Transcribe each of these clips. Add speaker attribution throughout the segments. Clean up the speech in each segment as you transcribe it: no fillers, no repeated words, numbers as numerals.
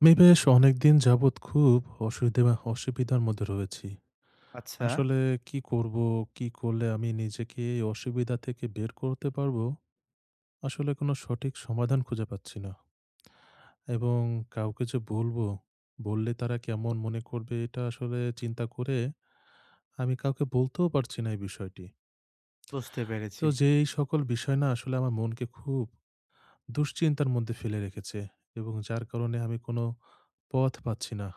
Speaker 1: আমি বেশ অনেকদিন যাবৎ খুব অসুবিধে অসুবিধার মধ্যে রয়েছি।
Speaker 2: আচ্ছা,
Speaker 1: আসলে কি করব? কি করলে আমি নিজেকে এই অসুবিধা থেকে বের করতে পারবো? আসলে কোনো সঠিক সমাধান খুঁজে পাচ্ছি না। এবং কাউকে যে বলবো, বললে তারা কেমন মনে করবে? এটা আসলে চিন্তা করে আমি কাউকে বলতেও পারছি না এই বিষয়টি।
Speaker 2: বুঝতে
Speaker 1: তো
Speaker 2: পেরেছি।
Speaker 1: যে এই সকল বিষয় না আসলে আমার মনকে খুব দুশ্চিন্তার মধ্যে ফেলে রেখেছে, এবং যার কারণে আমি কোনো পথ পাচ্ছি না।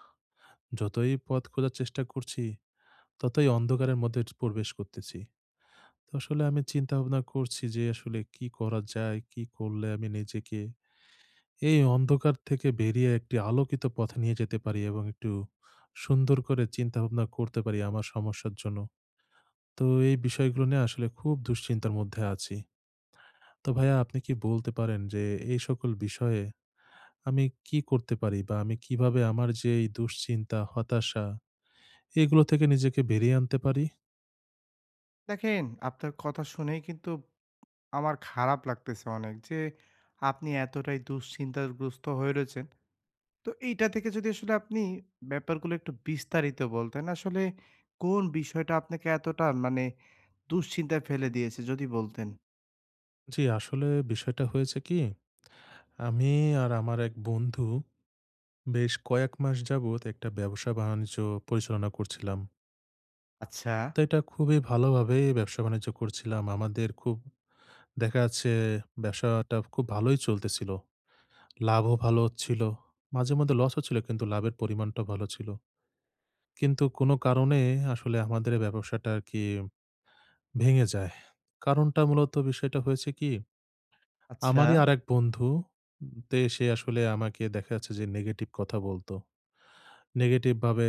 Speaker 1: যতই পথ খোঁজার চেষ্টা করছি, ততই অন্ধকারের মধ্যে প্রবেশ করতেছি। তো আসলে আমি চিন্তাভাবনা করছি যে আসলে কি করা যায়? কি করলে আমি নিজেকে এই অন্ধকার থেকে বেরিয়ে একটি আলোকিত পথে নিয়ে যেতে পারি এবং একটু সুন্দর করে চিন্তাভাবনা করতে পারি আমার সমস্যার জন্য। তো এই বিষয়গুলো নিয়ে আসলে খুব দুশ্চিন্তার মধ্যে আছি। তো ভাইয়া, আপনি কি বলতে পারেন যে এই সকল বিষয়ে আমি কি করতে পারি? বা আমি কিভাবে আমার যে এই দুশ্চিন্তা, হতাশা, এগুলো থেকে নিজেকে বেরিয়ে আনতে পারি?
Speaker 2: দেখেন, আপনার কথা শুনেই কিন্তু আমার খারাপ লাগতেছে অনেক যে, আপনি এতটাই দুশ্চিন্তাগ্রস্ত হয়ে রয়েছেন। তো এইটা থেকে যদি আসলে আপনি ব্যাপারগুলো একটু বিস্তারিত বলতেন, আসলে কোন বিষয়টা আপনাকে এতটা মানে দুশ্চিন্তায় ফেলে দিয়েছে যদি বলতেন?
Speaker 1: জি, আসলে বিষয়টা হয়েছে কি, আমি আর আমার এক বন্ধু বেশ কয়েক মাস যাবত একটা ব্যবসা বাণিজ্য পরিচালনা করছিলাম।
Speaker 2: আচ্ছা,
Speaker 1: তো এটা খুবই ভালোভাবে ব্যবসা বাণিজ্য করছিলাম। আমাদের খুব, দেখা যাচ্ছে, ব্যবসাটা খুব ভালোই চলতেছিল। লাভও ভালো হচ্ছিল। মাঝেমধ্যে লস হচ্ছিল, কিন্তু লাভের পরিমাণটা ভালো ছিল। কিন্তু কোনো কারণে আসলে আমাদের এই ব্যবসাটা আরকি ভেঙে যায়। কারণটা মূলত বিষয়টা হয়েছে কি?
Speaker 2: আচ্ছা,
Speaker 1: আমারই আরেক বন্ধু, তে সে আসলে আমাকে, দেখা যাচ্ছে যে, নেগেটিভ কথা বলতো। নেগেটিভ ভাবে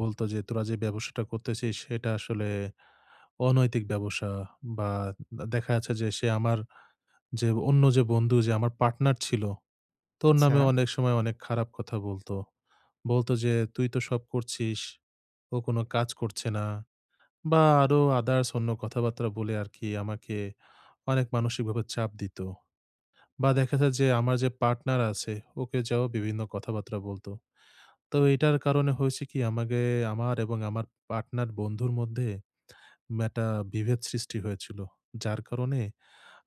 Speaker 1: বলত যে, "তোরা যে ব্যবসাটা করতেছিস সেটা আসলে অনৈতিক ব্যবসা।" বা দেখা যাচ্ছে যে সে আমার যে অন্য যে বন্ধু, যে আমার পার্টনার ছিল, তো ওর
Speaker 2: আচ্ছা,
Speaker 1: নামে অনেক সময় অনেক খারাপ কথা বলত। বলত যে, "তুই তো সব করছিস, ও কোনো কাজ করছে না।" বা আরো আদার্স অন্য কথাবার্তা বলে আরকি আমাকে অনেক মানসিকভাবে চাপ দিত। বা দেখা যায় যে আমার যে পার্টনার আছে, ওকে যেও বিভিন্ন কথাবার্তা বলত। তো এটার কারণে হয়েছে কি, আমাকে, আমার এবং আমার পার্টনার বন্ধুর মধ্যে একটা বিভেদ সৃষ্টি হয়েছিল। যার কারণে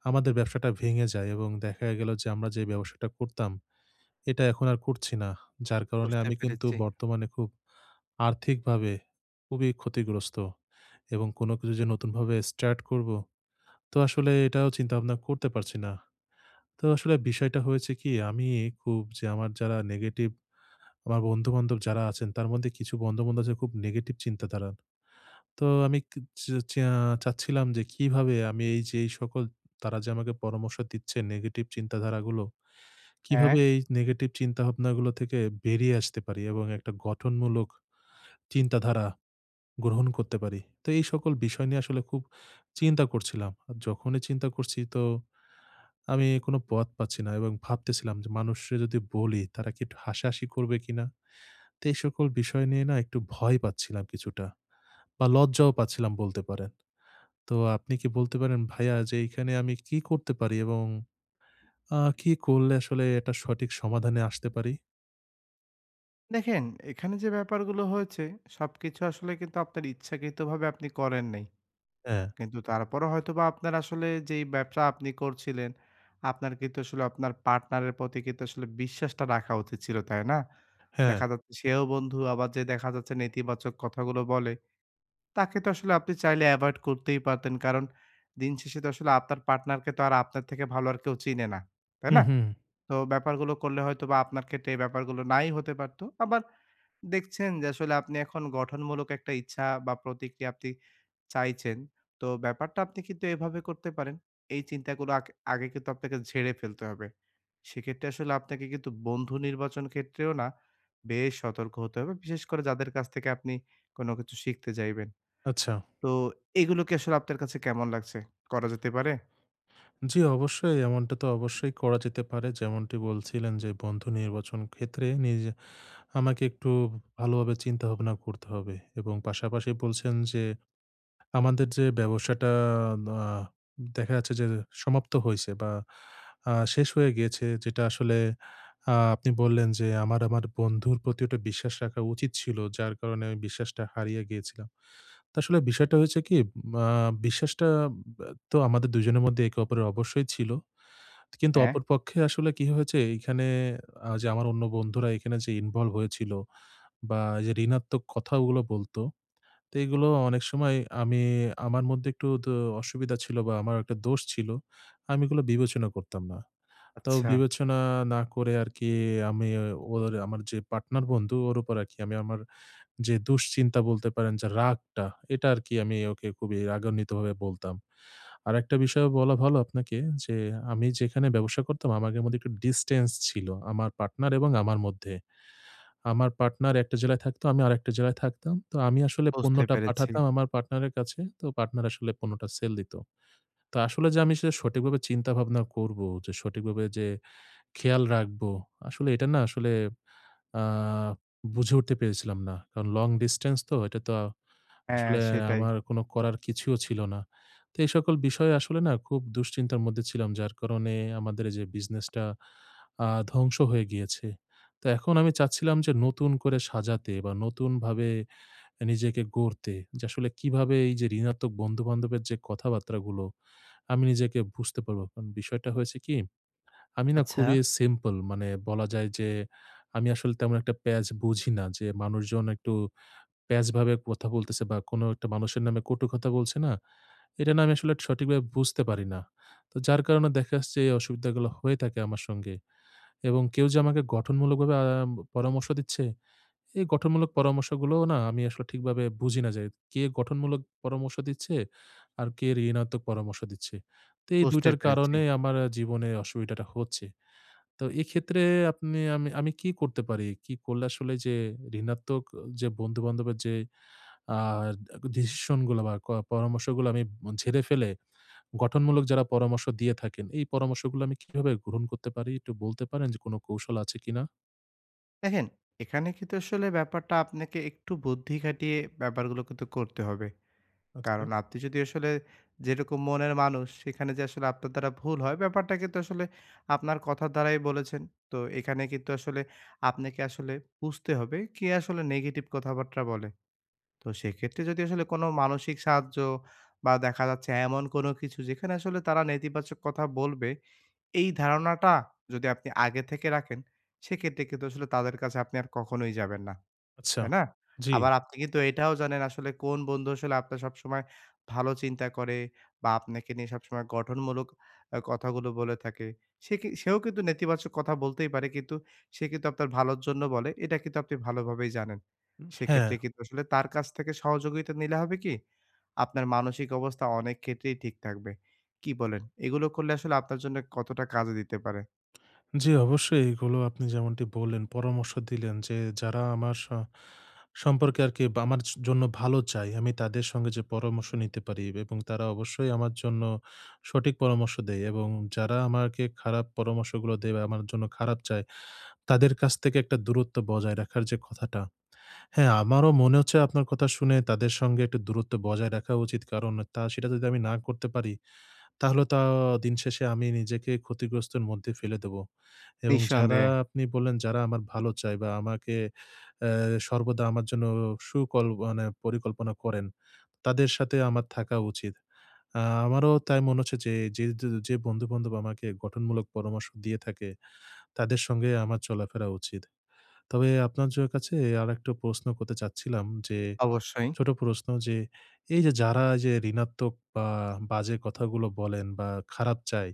Speaker 1: আমাদের ব্যবসাটা ভেঙে যায় এবং দেখা গেল যে আমরা যে ব্যবসাটা করতাম, এটা এখন আর করছি না। যার কারণে
Speaker 2: বুঝতে
Speaker 1: আমি কিন্তু
Speaker 2: পেরেছি।
Speaker 1: বর্তমানে খুব আর্থিকভাবে খুবই ক্ষতিগ্রস্ত এবং কোনো কিছু যে নতুনভাবে স্টার্ট করব, তো আসলে এটাও চিন্তা ভাবনা করতে পারছি না। তো আসলে বিষয়টা হয়েছে কি, আমি খুব, যে আমার যারা নেগেটিভ, আমার বন্ধু-বান্ধব যারা আছেন তার মধ্যে কিছু বন্ধু-বান্ধব আছে খুব নেগেটিভ চিন্তাধারা। তো আমি কি চা চা চাচ্ছিলাম যে কিভাবে আমি এই যে এই সকল, তারা যে আমাকে পরামর্শ দিচ্ছে নেগেটিভ চিন্তাধারাগুলো,
Speaker 2: হ্যাঁ,
Speaker 1: কিভাবে এই নেগেটিভ চিন্তাভাবনাগুলো থেকে বেরিয়ে আসতে পারি এবং একটা গঠনমূলক চিন্তাধারা গ্রহণ করতে পারি। তো এই সকল বিষয় নিয়ে আসলে খুব চিন্তা করছিলাম। আর যখনই চিন্তা করছি, তো আমি কোনো পথ পাচ্ছি না, এবং ভাবতেছিলাম যে মানুষরে যদি বলি, তারা কি একটু হাসাহাসি করবে কিনা? তো এই সকল বিষয় নিয়ে না একটু ভয় পাচ্ছিলাম কিছুটা, বা লজ্জাও পাচ্ছিলাম বলতে পারেন। তো আপনি কি বলতে পারেন ভাইয়া যে এইখানে আমি কি করতে পারি, এবং কি করলে আসলে এটা সঠিক সমাধানে আসতে পারি?
Speaker 2: দেখেন, এখানে যে ব্যাপারগুলো হয়েছে সবকিছু আসলে কিন্তু আপনার ইচ্ছাকৃতভাবে আপনি করেন নাই।
Speaker 1: হ্যাঁ,
Speaker 2: কিন্তু তারপরও হয়তোবা আপনার আসলে যেই ব্যবসা আপনি করছিলেন, আপনার কিন্তু আসলে আপনার পার্টনারের প্রতি কিন্তু আসলে বিশ্বাসটা রাখা উচিত ছিল, তাই না?
Speaker 1: হ্যাঁ।
Speaker 2: দেখা যাচ্ছে সেও বন্ধু, আবার যে দেখা যাচ্ছে নেতিবাচক কথাগুলো বলে, তাকে তো আসলে আপনি চাইলে এভয়েড করতেই পারতেন। কারণ দিন শেষে তো আসলে আপনার পার্টনারকে তো আর আপনার থেকে ভালো আর কেউ চিনে না, তাই
Speaker 1: হুম,
Speaker 2: না?
Speaker 1: হুম।
Speaker 2: তো ব্যাপারগুলো করলে হয়তোবা আপনার ক্ষেত্রে এই ব্যাপারগুলো নাই হতে পারত। আবার দেখছেন যে আসলে আপনি এখন গঠনমূলক একটা ইচ্ছা বা প্রতিক্রিয়া আপনি চাইছেন। তো ব্যাপারটা আপনি কিন্তু এভাবে করতে পারেন। এই চিন্তাগুলো আগে কিন্তু আপনাকে ঝেড়ে ফেলতে হবে। সেক্ষেত্রে আসলে আপনাকে কিন্তু বন্ধু নির্বাচন ক্ষেত্রেও না বেশ সতর্ক হতে হবে। বিশেষ করে যাদের কাছ থেকে আপনি কোনো কিছু শিখতে চাইবেন।
Speaker 1: আচ্ছা।
Speaker 2: তো এগুলো কি আসলে আপনার কাছে কেমন লাগছে? করা যেতে পারে?
Speaker 1: জি, অবশ্যই এমনটা তো অবশ্যই করা যেতে পারে। যেমনটি বলছিলেন যে বন্ধু নির্বাচন ক্ষেত্রে নিজে আমাকে একটু ভালোভাবে চিন্তাভাবনা করতে হবে, এবং পাশাপাশি বলছেন যে আমাদের যে ব্যবসাটা, আ দেখা যাচ্ছে যে সমাপ্ত হইছে বা শেষ হয়ে গিয়েছে, যেটা আসলে, আপনি বললেন যে আমার আমার বন্ধুর প্রতি ওটা বিশ্বাস রাখা উচিত ছিল। যার কারণে আমি বিশ্বাসটা হারিয়ে গিয়েছিলাম। তো আসলে বিষয়টা হয়েছে কি, আ বিশ্বাসটা, তো আমাদের দুজনের মধ্যে একে অপরের অবশ্যই ছিল। কিন্তু
Speaker 2: হ্যাঁ,
Speaker 1: অপরপক্ষে আসলে কি হয়েছে এইখানে, যে আমার অন্য বন্ধুরা এখানে যে ইনভলভ হয়েছিল বা এই যে ঋণাত্মক কথাগুলো বলত, তো এগুলো অনেক সময়, আমি আমার মধ্যে একটু অসুবিধা ছিল বা আমার একটা দোষ ছিল। আমি এগুলো বিবেচনা করতাম না। তো
Speaker 2: আচ্ছা,
Speaker 1: বিবেচনা না করে আরকি আমি ওর, আমার যে পার্টনার বন্ধু ওর উপর আরকি, আমি আমার যে দুশ্চিন্তা বলতে পারেন, যে রাগটা, এটা আরকি আমি ওকে খুবই রাগান্বিতভাবে বলতাম। আরেকটা বিষয়ও বলা ভালো আপনাকে, যে আমি যেখানে ব্যবসা করতাম, আমাদের মধ্যে একটু ডিসট্যান্স ছিল, আমার পার্টনার এবং আমার মধ্যে। আমার পার্টনার একটা জেলায় থাকতো, আমি আরেকটা জেলায় থাকতাম। তো আমি আসলে
Speaker 2: বুঝতে
Speaker 1: পণ্যটা
Speaker 2: পেরেছি।
Speaker 1: পাঠাতাম আমার পার্টনারের কাছে। তো পার্টনার আসলে পণ্যটা সেল দিত। তো আসলে যে আমি সেটা সঠিকভাবে চিন্তা ভাবনা করব, যে সঠিকভাবে যে খেয়াল রাখবো, আসলে এটা না আসলে আ বুঝে উঠতে পেরেছিলাম না। কারণ লং ডিসট্যান্স, তো এটা তো
Speaker 2: হ্যাঁ,
Speaker 1: আসলে
Speaker 2: সেটাই।
Speaker 1: আমার কোনো করার কিছুও ছিল না। তো এই সকল বিষয়ে আসলে না খুব দুশ্চিন্তার মধ্যে ছিলাম, যার কারণে আমাদের এই যে বিজনেসটা ধ্বংস হয়ে গিয়েছে। তো এখন আমি চাচ্ছিলাম যে নতুন করে সাজাতে বা নতুনভাবে নিজেকে গড়তে, যে আসলে কিভাবে এই যে ঋণাত্মক বন্ধু-বান্ধবের যে কথাবার্তাগুলো, আমি নিজেকে বুঝতে পারবো। কারণ বিষয়টা হয়েছে কি, আমি না
Speaker 2: আচ্ছা,
Speaker 1: খুবই সিম্পল, মানে বলা যায় যে আমি আসলে তেমন একটা প্যাঁচ বুঝি না, যে মানুষজন একটু প্যাঁচভাবে কথা বলতেছে বা কোনো একটা মানুষের নামে কটু কথা বলছে না? এটা না আমি আসলে সঠিকভাবে বুঝতে পারি না। তো যার কারণে দেখা যাচ্ছে এই অসুবিধাগুলো হয়ে থাকে আমার সঙ্গে। এবং কেউ যে আমাকে গঠনমূলকভাবে পরামর্শ দিচ্ছে, এই গঠনমূলক পরামর্শগুলোও না আমি আসলে ঠিকভাবে বুঝি না, যে কে গঠনমূলক পরামর্শ দিচ্ছে আর কে ঋণাত্মক পরামর্শ দিচ্ছে। তো এই ২
Speaker 2: বুঝতে
Speaker 1: টার
Speaker 2: পেরেছি।
Speaker 1: কারণে আমার জীবনে অসুবিধাটা হচ্ছে। তো এক্ষেত্রে আপনি, আমি আমি কি করতে পারি? কি করলে আসলে যে ঋণাত্মক যে বন্ধু-বান্ধবের যে আ ডিসিশন গুলা বা পরামর্শগুলো আমি ঝেড়ে ফেলে গঠনমূলক যারা পরামর্শ দিয়ে থাকেন, এই পরামর্শগুলো আমি কিভাবে গ্রহণ করতে পারি? একটু বলতে পারেন যে কোন কৌশল আছে কিনা?
Speaker 2: দেখেন, এখানে কিন্তু আসলে ব্যাপারটা আপনাকে একটু বুদ্ধি খাটিয়ে ব্যাপারগুলো কিন্তু করতে হবে।
Speaker 1: আচ্ছা,
Speaker 2: কারণ আপনি যদি আসলে যেরকম মনের মানুষ, সেখানে যে আসলে আপনার দ্বারা ভুল হয়, ব্যাপারটা কিন্তু আসলে আপনার কথার দ্বারাই বলেছেন। তো এখানে কিন্তু আসলে আপনাকে আসলে বুঝতে হবে, কে আসলে নেগেটিভ কথাবার্তা বলে। তো সেক্ষেত্রে যদি আসলে কোনো মানসিক সাহায্য বা দেখা যাচ্ছে এমন কোনো কিছু যেখানে আসলে তারা নেতিবাচক কথা বলবে, এই ধারণাটা যদি আপনি আগে থেকে রাখেন, সেক্ষেত্রে কিন্তু আসলে তাদের কাছে আপনি আর কখনোই যাবেন না।
Speaker 1: আচ্ছা।
Speaker 2: তাই না?
Speaker 1: জি,
Speaker 2: আবার আপনি কিন্তু এটাও জানেন আসলে কোন বন্ধু আসলে আপনার সবসময় ভালো চিন্তা করে বা আপনাকে নিয়ে সবসময় গঠনমূলক কথাগুলো বলে থাকে। সে কি সেও কিন্তু নেতিবাচক কথা বলতেই পারে, কিন্তু সে কিন্তু আপনার ভালোর জন্য বলে এটা কিন্তু আপনি ভালোভাবেই জানেন।
Speaker 1: হ্যাঁ,
Speaker 2: সেক্ষেত্রে কিন্তু আসলে তার কাছ থেকে সহযোগিতা নিলে হবে কি? আপনার মানসিক অবস্থা অনেক ক্ষেত্রেই ঠিক থাকবে। কি বলেন? এগুলো করলে আসলে আপনার জন্য কতটা কাজে দিতে পারে?
Speaker 1: জি, অবশ্যই এগুলো আপনি যেমনটি বললেন, পরামর্শ দিলেন যে যারা আমার সম্পর্কে আরকি বা আমার জন্য ভালো চায়, আমি তাদের সঙ্গে যে পরামর্শ নিতে পারি, এবং তারা অবশ্যই আমার জন্য সঠিক পরামর্শ দেয়, এবং যারা আমাকে খারাপ পরামর্শগুলো দেয় বা আমার জন্য খারাপ চায়, তাদের কাছ থেকে একটা দূরত্ব বজায় রাখার যে কথাটা, হ্যাঁ, আমারও মনে হচ্ছে আপনার কথা শুনে তাদের সঙ্গে একটু দূরত্ব বজায় রাখা উচিত। কারণ সেটা যদি আমি না করতে পারি, তাহলে তো দিন শেষে আমি নিজেকে ক্ষতিগ্রস্তের মধ্যে ফেলে দেবো। এবং যারা
Speaker 2: নিঃসন্দেহে,
Speaker 1: আপনি বললেন, যারা আমার ভালো চায় বা আমাকে সর্বদা আমার জন্য সুকল, মানে পরিকল্পনা করেন, তাদের সাথে আমার থাকা উচিত। আমারও তাই মনে হচ্ছে যে, যে, বন্ধু-বান্ধব আমাকে গঠনমূলক পরামর্শ দিয়ে থাকে, তাদের সঙ্গে আমার চলাফেরা উচিত। তবে আপনার কাছে আরেকটা প্রশ্ন করতে চাচ্ছিলাম যে,
Speaker 2: অবশ্যই।
Speaker 1: ছোট প্রশ্ন, যে এই যে যারা এই যে ঋণাত্মক বা বাজে কথাগুলো বলেন বা খারাপ চায়,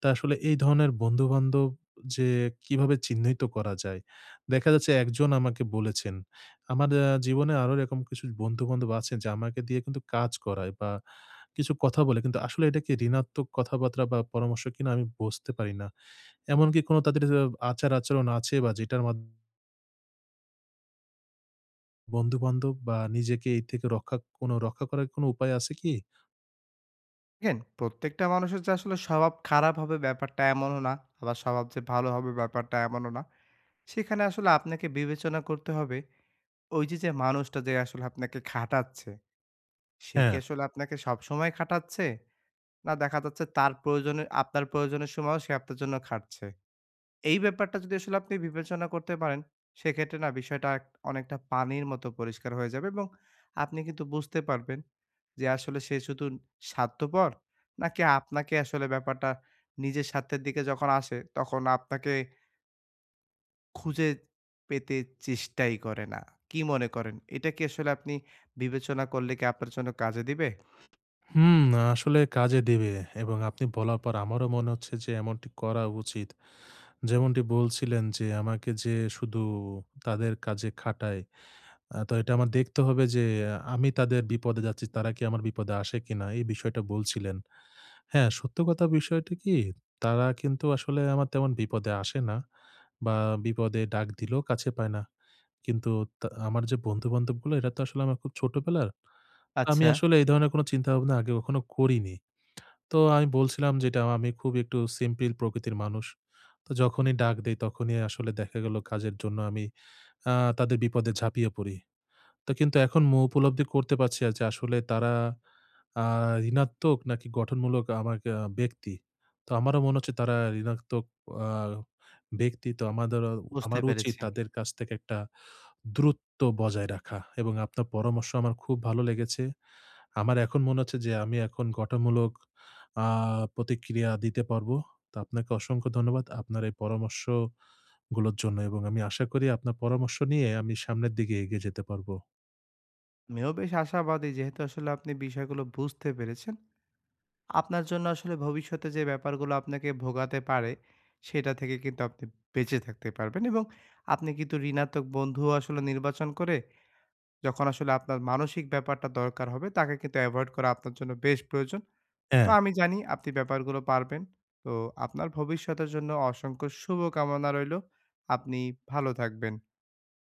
Speaker 1: তা আসলে এই ধরনের বন্ধু-বান্ধব যে কিভাবে চিহ্নিত করা যায়? দেখা যাচ্ছে একজন আমাকে বলেছেন। আমার জীবনে আরো এরকম কিছু বন্ধু-বান্ধব আছেন যে আমাকে দিয়ে কিন্তু কাজ করায় বা কিছু কথা বলে। কিন্তু আসলে এটা কি ঋণাত্মক কথাবার্তা বা পরামর্শ কিনা, আমি বুঝতে পারি না। এমনকি কোনো তাদের আচার-আচরণ আছে বা যেটার বন্ধু-বান্ধব বা নিজেকে এই থেকে কোনো রক্ষা করার কোনো উপায় আছে কি?
Speaker 2: দেখেন, প্রত্যেকটা মানুষের যে আসলে স্বভাব খারাপ হবে ব্যাপারটা এমনও না। আবার স্বভাব যে ভালো হবে ব্যাপারটা এমনও না। সেখানে আসলে আপনাকে বিবেচনা করতে হবে, ওই যে, যে মানুষটা যে আসলে আপনাকে খাটাচ্ছে, সে কি
Speaker 1: হ্যাঁ।
Speaker 2: আসলে আপনাকে সবসময় খাটাচ্ছে? না দেখা যাচ্ছে তার প্রয়োজনে আপনার প্রয়োজনের সময়ও সে আপনার জন্য খাটছে। এই ব্যাপারটা যদি আসলে আপনি বিবেচনা করতে পারেন, সেক্ষেত্রে না বিষয়টা অনেকটা পানির মতো পরিষ্কার হয়ে যাবে এবং আপনি কিন্তু বুঝতে পারবেন যে আসলে সে শুধু স্বার্থপর নাকি আপনাকে আসলে ব্যাপারটা নিজের স্বার্থের দিকে যখন আসে, তখন আপনাকে খুঁজে পেতে চেষ্টাই করে না। কি মনে করেন? এটা কি আসলে আপনি বিবেচনা করলে কি আপনার জন্য কাজে দিবে?
Speaker 1: হুম, আসলে কাজে দিবে, এবং আপনি বলার পর আমারও মনে হচ্ছে যে এমনটি করা উচিত। যেমনটি বলছিলেন যে আমাকে যে শুধু তাদের কাজে খাটায়, তো এটা আমার দেখতে হবে যে আমি তাদের বিপদে যাচ্ছি, তারা কি আমার বিপদে আসে কিনা? এই বিষয়টা বলছিলেন। হ্যাঁ, সত্য কথা, বিষয়টা কি, তারা কিন্তু আসলে আমার তেমন বিপদে আসে না, বা বিপদে ডাক দিলেও কাছে পায় না। কিন্তু তা আমার যে বন্ধু-বান্ধবগুলো এরা তো আসলে আমার খুব ছোটবেলার। তো আমি
Speaker 2: আচ্ছা,
Speaker 1: আসলে এই ধরনের কোন চিন্তাভাবনা আগে কখনো করিনি। তো আমি বলছিলাম যেটা, আমি খুব একটু সিম্পল প্রকৃতির মানুষ। তো যখনই ডাক দেই, তখনই আসলে দেখা গেল কাজের জন্য আমি আ তাদের বিপদে ঝাঁপিয়ে পড়ি। তো কিন্তু এখন উপলব্ধি করতে পারছি আর, যে আসলে তারা আ ঋণাত্মক নাকি গঠনমূলক আমাকে ব্যক্তি। তো আমারও মনে হচ্ছে তারা ঋণাত্মক আ ব্যক্তি। তো আমাদেরও
Speaker 2: বুঝতে
Speaker 1: আমার উচিত
Speaker 2: পেরেছি।
Speaker 1: তাদের কাছ থেকে একটা দূরত্ব বজায় রাখা, এবং আপনার পরামর্শ আমার খুব ভালো লেগেছে। আমার এখন মনে হচ্ছে যে আমি এখন গঠনমূলক আ প্রতিক্রিয়া দিতে পারবো। তো আপনাকে অসংখ্য ধন্যবাদ আপনার এই পরামর্শগুলোর জন্য, এবং আমি আশা করি আপনার পরামর্শ নিয়ে আমি সামনের দিকে এগিয়ে যেতে পারবো।
Speaker 2: আমিও বেশ আশাবাদী যেহেতু আসলে আপনি বিষয়গুলো বুঝতে পেরেছেন। আপনার জন্য আসলে ভবিষ্যতে যে ব্যাপারগুলো আপনাকে ভোগাতে পারে, সেটা থেকে কিন্তু আপনি বেঁচে থাকতে পারবেন এবং আপনি কিন্তু ঋণাত্মক বন্ধুও আসলে নির্বাচন করে যখন আসলে আপনার মানসিক ব্যাপারটা দরকার হবে, তাকে কিন্তু এভয়েড করা আপনার জন্য বেশ প্রয়োজন। তো
Speaker 1: হ্যাঁ।
Speaker 2: আমি জানি আপনি ব্যাপারগুলো পারবেন। তো আপনার ভবিষ্যতের জন্য অসংখ্য শুভকামনা রইলো। আপনি ভালো থাকবেন।